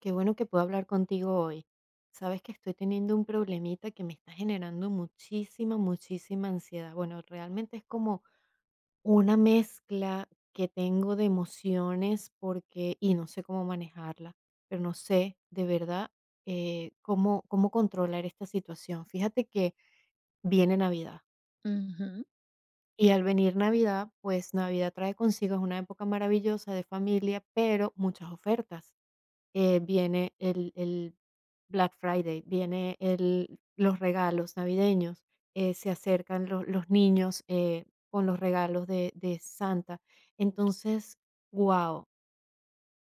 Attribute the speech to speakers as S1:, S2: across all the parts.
S1: Qué bueno que puedo hablar contigo hoy. Sabes que estoy teniendo un problemita que me está generando muchísima, muchísima ansiedad. Bueno, realmente es como una mezcla que tengo de emociones porque, y no sé cómo manejarla, pero no sé de verdad cómo, cómo controlar esta situación. Fíjate que viene Navidad,
S2: Ujú,
S1: y al venir Navidad, pues Navidad trae consigo es una época maravillosa de familia, pero muchas ofertas. Viene el Black Friday, viene el los regalos navideños, se acercan lo los niños, con los regalos de Santa. Entonces, guau,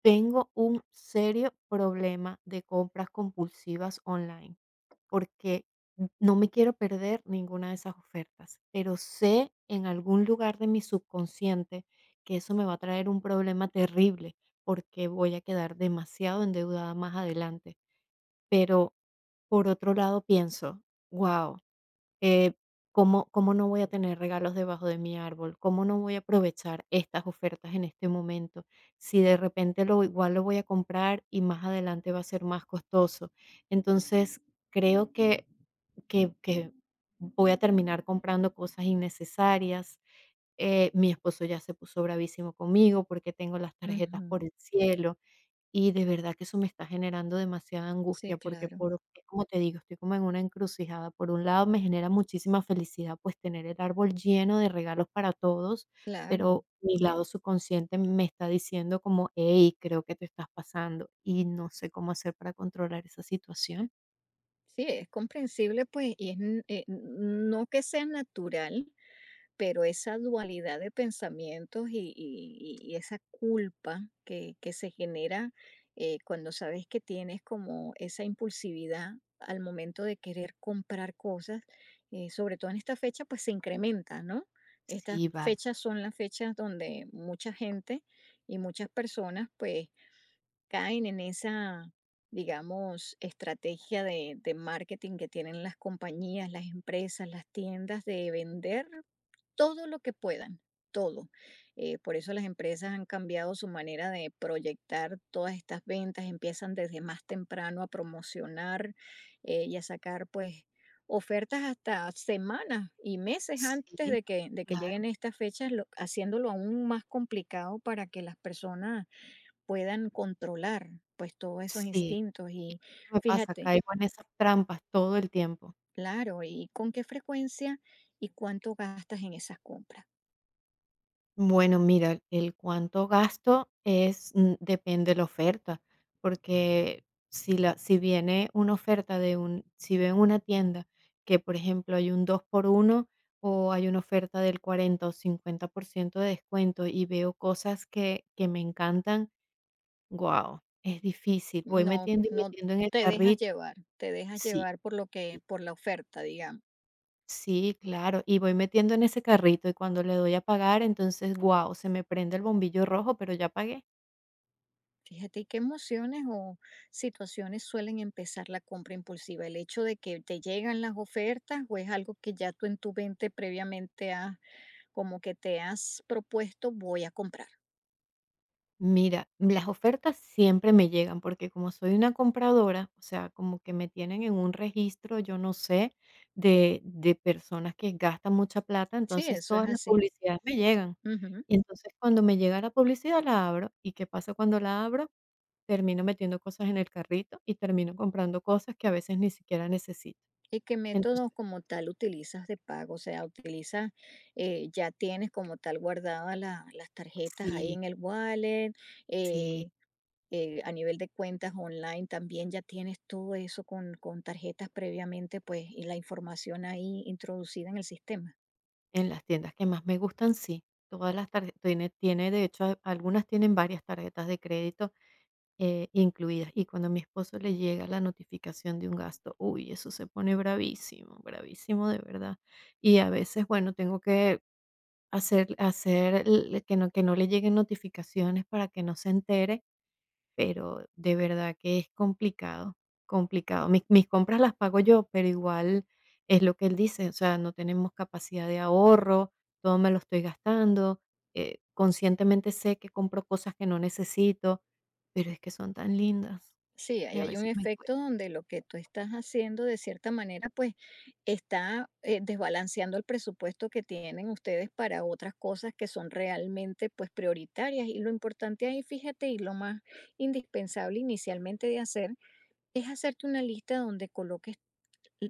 S1: tengo un serio problema de compras compulsivas online, porque no me quiero perder ninguna de esas ofertas, pero sé en algún lugar de mi subconsciente que eso me va a traer un problema terrible, porque voy a quedar demasiado endeudada más adelante. Pero por otro lado pienso, wow, ¿cómo, ¿cómo no voy a tener regalos debajo de mi árbol? ¿Cómo no voy a aprovechar estas ofertas en este momento? Si de repente lo igual lo voy a comprar y más adelante va a ser más costoso. Entonces, creo que que voy a terminar comprando cosas innecesarias. Mi esposo ya se puso bravísimo conmigo porque tengo las tarjetas por
S2: ujú.
S1: el cielo, y de verdad que eso me está generando demasiada
S2: Sí,
S1: angustia porque
S2: claro,
S1: por es como te digo, estoy como en una encrucijada. Por un lado, me genera muchísima felicidad, pues, tener el árbol lleno de regalos para todos,
S2: claro.
S1: pero mi lado subconsciente me está diciendo como: "Hey, creo que te estás pasando", y no sé cómo hacer para controlar esa situación.
S2: Sí, es comprensible, pues, y no que sea natural, pero esa dualidad de pensamientos y esa culpa que se genera cuando sabes que tienes como esa impulsividad al momento de querer comprar cosas, sobre todo en esta fecha, pues se incrementa, ¿no? Estas
S1: Sí, vale.
S2: fechas son las fechas donde mucha gente y muchas personas, pues, caen en esa, digamos, estrategia de marketing que tienen las compañías, las empresas, las tiendas de vender todo lo que puedan, todo. Por eso las empresas han cambiado su manera de proyectar todas estas ventas, empiezan desde más temprano a promocionar y a sacar pues ofertas hasta semanas y meses antes
S1: Sí.
S2: de de que lleguen estas fechas, haciéndolo aún más complicado para que las personas puedan controlar pues todos esos
S1: Sí,
S2: instintos y
S1: me pasa,
S2: fíjate,
S1: caigo en esas trampas todo el tiempo.
S2: claro, y con qué frecuencia y cuánto gastas en esas compras.
S1: Bueno, mira, el cuánto gasto es, depende de la oferta, porque si viene una oferta de un si veo en una tienda que, por ejemplo, hay un 2 por uno o hay una oferta del 40 o 50% de descuento y veo cosas que me encantan. Guau, es difícil, voy
S2: No,
S1: metiendo y
S2: no
S1: metiendo en el
S2: te dejas
S1: carrito.
S2: llevar, te dejas
S1: Sí.
S2: llevar por por la oferta, digamos.
S1: Sí, claro, y voy metiendo en ese carrito y cuando le doy a pagar, entonces, guau, se me prende el bombillo rojo, pero ya pagué.
S2: Fíjate y qué emociones o situaciones suelen empezar la compra impulsiva. El hecho de que te llegan las ofertas o es algo que ya tú en tu mente previamente has, como que te has propuesto, voy a comprar.
S1: Mira, las ofertas siempre me llegan porque como soy una compradora, o sea, como que me tienen en un registro, yo no sé, de personas que gastan mucha plata,
S2: Sí,
S1: entonces
S2: eso es
S1: todas las
S2: así.
S1: publicidades me llegan.
S2: Ujú.
S1: Y entonces cuando me llega la publicidad la abro. ¿Y qué pasa cuando la abro? Termino metiendo cosas en el carrito y termino comprando cosas que a veces ni siquiera necesito.
S2: ¿Y qué método
S1: Entonces,
S2: como tal utilizas de pago? O sea, utilizas, ya tienes como tal guardadas las tarjetas ahí
S1: sí.
S2: en el wallet,
S1: Sí,
S2: eh, a nivel de cuentas online también ya tienes todo eso con tarjetas previamente, pues, y la información ahí introducida en el sistema.
S1: en las tiendas que más me gustan, sí. Todas las tarjetas, de hecho, algunas tienen varias tarjetas de crédito incluidas. Y cuando a mi esposo le llega la notificación de un gasto, uy, eso se pone bravísimo, bravísimo de verdad. Y a veces, bueno, tengo que que no le lleguen notificaciones para que no se entere, pero de verdad que es complicado, complicado. Mis compras las pago yo, pero igual es lo que él dice, o sea, no tenemos capacidad de ahorro, todo me lo estoy gastando. Conscientemente sé que compro cosas que no necesito, pero es que son tan lindas
S2: Sí,
S1: que
S2: ahí
S1: a
S2: hay un
S1: veces me
S2: efecto
S1: cuesta.
S2: donde lo que tú estás haciendo de cierta manera pues está desbalanceando el presupuesto que tienen ustedes para otras cosas que son realmente pues prioritarias y lo importante ahí, fíjate, y lo más indispensable inicialmente de hacer es hacerte una lista donde coloques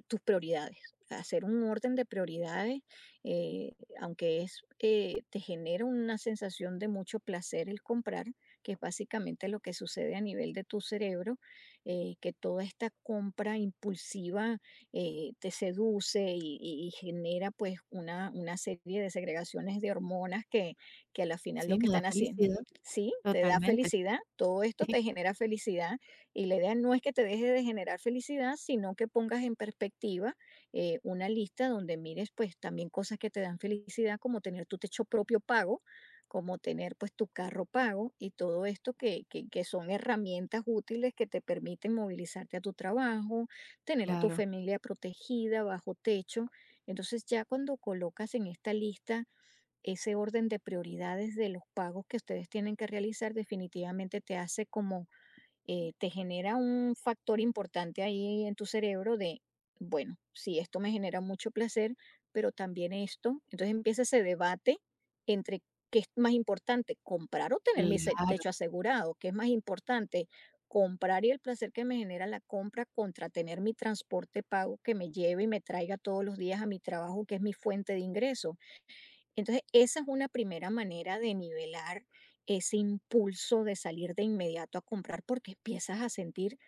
S2: tus prioridades, hacer un orden de prioridades, eh, te genera una sensación de mucho placer el comprar, que es básicamente lo que sucede a nivel de tu cerebro, que toda esta compra impulsiva te seduce y genera pues una serie de segregaciones de hormonas que a la final lo
S1: Sí,
S2: que
S1: me da
S2: están haciendo.
S1: felicidad,
S2: Sí, te da
S1: totalmente.
S2: felicidad, todo esto
S1: Sí,
S2: te genera felicidad, y la idea no es que te dejes de generar felicidad, sino que pongas en perspectiva una lista donde mires pues también cosas que te dan felicidad, como tener tu techo propio pago, como tener pues tu carro pago y todo esto que son herramientas útiles que te permiten movilizarte a tu trabajo, tener a tu
S1: claro,
S2: familia protegida bajo techo. Entonces ya cuando colocas en esta lista ese orden de prioridades de los pagos que ustedes tienen que realizar, definitivamente te hace como te genera un factor importante ahí en tu cerebro de, bueno, sí, esto me genera mucho placer, pero también esto. Entonces empieza ese debate entre qué es más importante, comprar o tener
S1: claro.
S2: techo asegurado, qué es más importante, comprar y el placer que me genera la compra contra tener mi transporte pago que me lleve y me traiga todos los días a mi trabajo, que es mi fuente de ingreso entonces, esa es una primera manera de nivelar ese impulso de salir de inmediato a comprar porque empiezas a sentir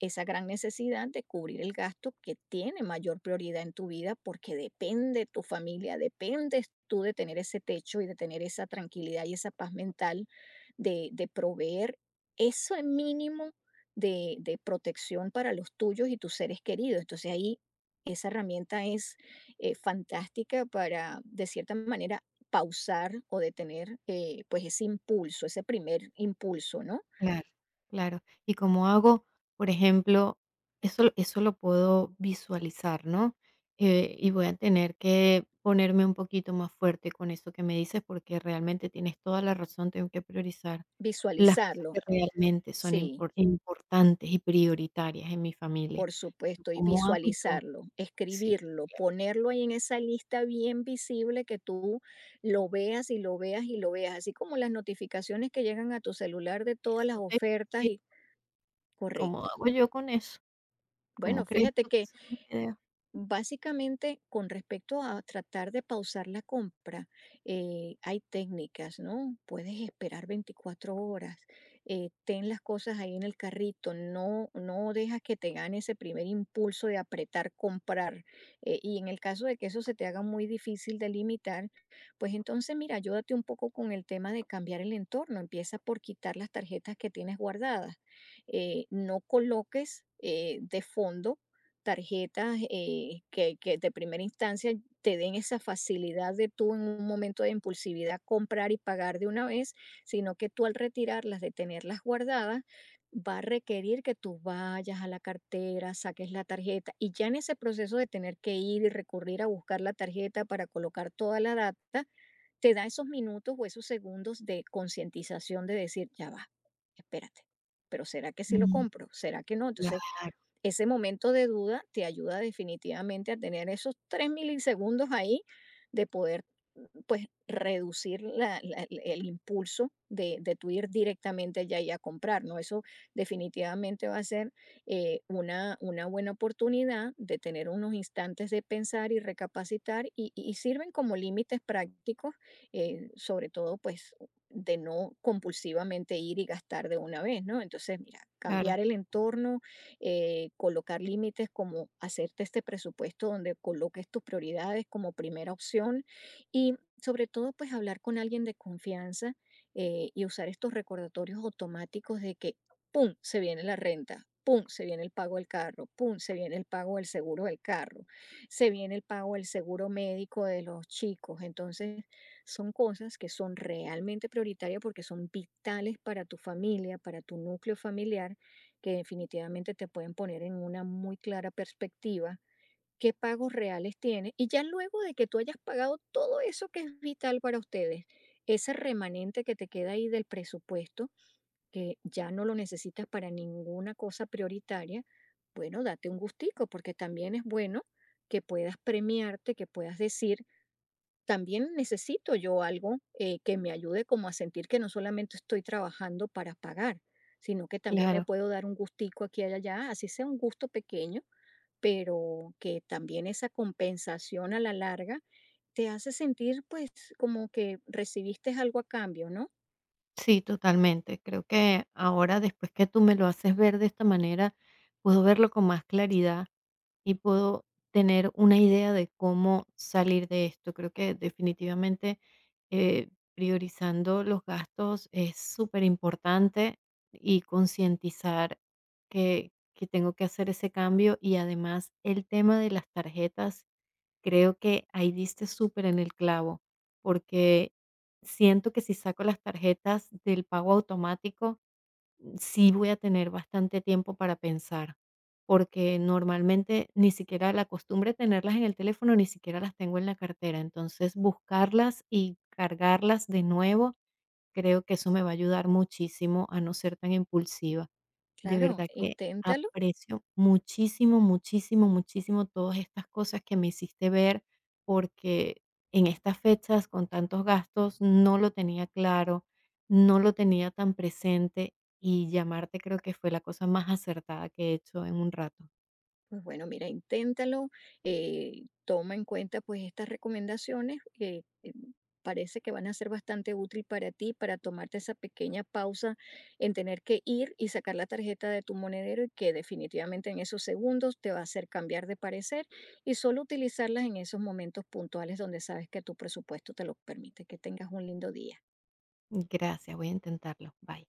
S2: esa gran necesidad de cubrir el gasto que tiene mayor prioridad en tu vida porque depende tu familia, dependes tú de tener ese techo y de tener esa tranquilidad y esa paz mental de proveer ese mínimo de protección para los tuyos y tus seres queridos. Entonces ahí esa herramienta es fantástica para, de cierta manera, pausar o detener pues ese impulso, ese primer impulso, ¿no?
S1: Claro, claro. Y como hago, por ejemplo, eso lo puedo visualizar, ¿no? Y voy a tener que ponerme un poquito más fuerte con eso que me dices, porque realmente tienes toda la razón, tengo que priorizar las cosas que
S2: Visualizarlo.
S1: realmente son
S2: Sí.
S1: importantes y prioritarias en mi familia.
S2: Por
S1: Pero
S2: supuesto, y
S1: ¿cómo hago yo?
S2: visualizarlo,
S1: Sí,
S2: escribirlo, ponerlo ahí en esa lista bien visible que tú lo veas y lo veas y lo veas, así como las notificaciones que llegan a tu celular de todas las
S1: eso te,
S2: ofertas
S1: sí,
S2: y
S1: ¿cómo
S2: correcto.
S1: hago yo con eso? ¿Cómo
S2: Bueno,
S1: crees
S2: fíjate
S1: tú que
S2: que
S1: sea una idea?
S2: básicamente, con respecto a tratar de pausar la compra, hay técnicas, ¿no? Puedes esperar 24 horas, ten las cosas ahí en el carrito, no dejas que te gane ese primer impulso de apretar, comprar. Y en el caso de que eso se te haga muy difícil de limitar, pues entonces, mira, ayúdate un poco con el tema de cambiar el entorno. Empieza por quitar las tarjetas que tienes guardadas. No coloques... de fondo tarjetas, que de primera instancia te den esa facilidad de tú en un momento de impulsividad comprar y pagar de una vez, sino que tú al retirarlas, de tenerlas guardadas, va a requerir que tú vayas a la cartera, saques la tarjeta y ya en ese proceso de tener que ir y recurrir a buscar la tarjeta para colocar toda la data, te da esos minutos o esos segundos de concientización de decir, ya va, espérate, pero ¿será que sí lo
S1: Mm,
S2: compro? ¿Será que no?
S1: claro,
S2: Entonces ese momento de duda te ayuda definitivamente a tener esos 3 milisegundos ahí de poder, pues, reducir la la el impulso de tú ir directamente allá y a comprar, ¿no? Eso definitivamente va a ser, una buena oportunidad de tener unos instantes de pensar y recapacitar, y sirven como límites prácticos, sobre todo, pues, de no compulsivamente ir y gastar de una vez, ¿no? Entonces, mira,
S1: claro,
S2: cambiar el entorno, colocar límites como hacerte este presupuesto donde coloques tus prioridades como primera opción y sobre todo pues hablar con alguien de confianza y usar estos recordatorios automáticos de que, ¡pum!, se viene la renta. Pum, se viene el pago del carro, pum, se viene el pago del seguro del carro, se viene el pago del seguro médico de los chicos. Entonces, son cosas que son realmente prioritarias porque son vitales para tu familia, para tu núcleo familiar que definitivamente te pueden poner en una muy clara perspectiva qué pagos reales tienes y ya luego de que tú hayas pagado todo eso que es vital para ustedes, ese remanente que te queda ahí del presupuesto, que ya no lo necesitas para ninguna cosa prioritaria, bueno, date un gustico porque también es bueno que puedas premiarte, que puedas decir, también necesito yo algo que me ayude como a sentir que no solamente estoy trabajando para pagar, sino que también me
S1: claro.
S2: puedo dar un gustico aquí y allá, así sea un gusto pequeño, pero que también esa compensación a la larga te hace sentir pues como que recibiste algo a cambio, ¿no?
S1: Sí, totalmente. Creo que ahora, después que tú me lo haces ver de esta manera, puedo verlo con más claridad y puedo tener una idea de cómo salir de esto. Creo que definitivamente eh, priorizando los gastos es súper importante, y concientizar que tengo que hacer ese cambio, y además el tema de las tarjetas. Creo que ahí diste súper en el clavo, porque siento que si saco las tarjetas del pago automático, sí voy a tener bastante tiempo para pensar, porque normalmente ni siquiera la costumbre de tenerlas en el teléfono, ni siquiera las tengo en la cartera. Entonces, buscarlas y cargarlas de nuevo, creo que eso me va a ayudar muchísimo a no ser tan impulsiva. De
S2: Claro,
S1: verdad que
S2: intenta
S1: aprecio muchísimo, muchísimo, muchísimo todas estas cosas que me hiciste ver, porque en estas fechas con tantos gastos no lo tenía claro, no lo tenía tan presente, y llamarte creo que fue la cosa más acertada que he hecho en un rato.
S2: pues bueno, mira, inténtalo, toma en cuenta pues estas recomendaciones, parece que van a ser bastante útil para ti, para tomarte esa pequeña pausa en tener que ir y sacar la tarjeta de tu monedero y que definitivamente en esos segundos te va a hacer cambiar de parecer y solo utilizarlas en esos momentos puntuales donde sabes que tu presupuesto te lo permite. Que tengas un lindo día.
S1: Gracias, voy a intentarlo. Bye.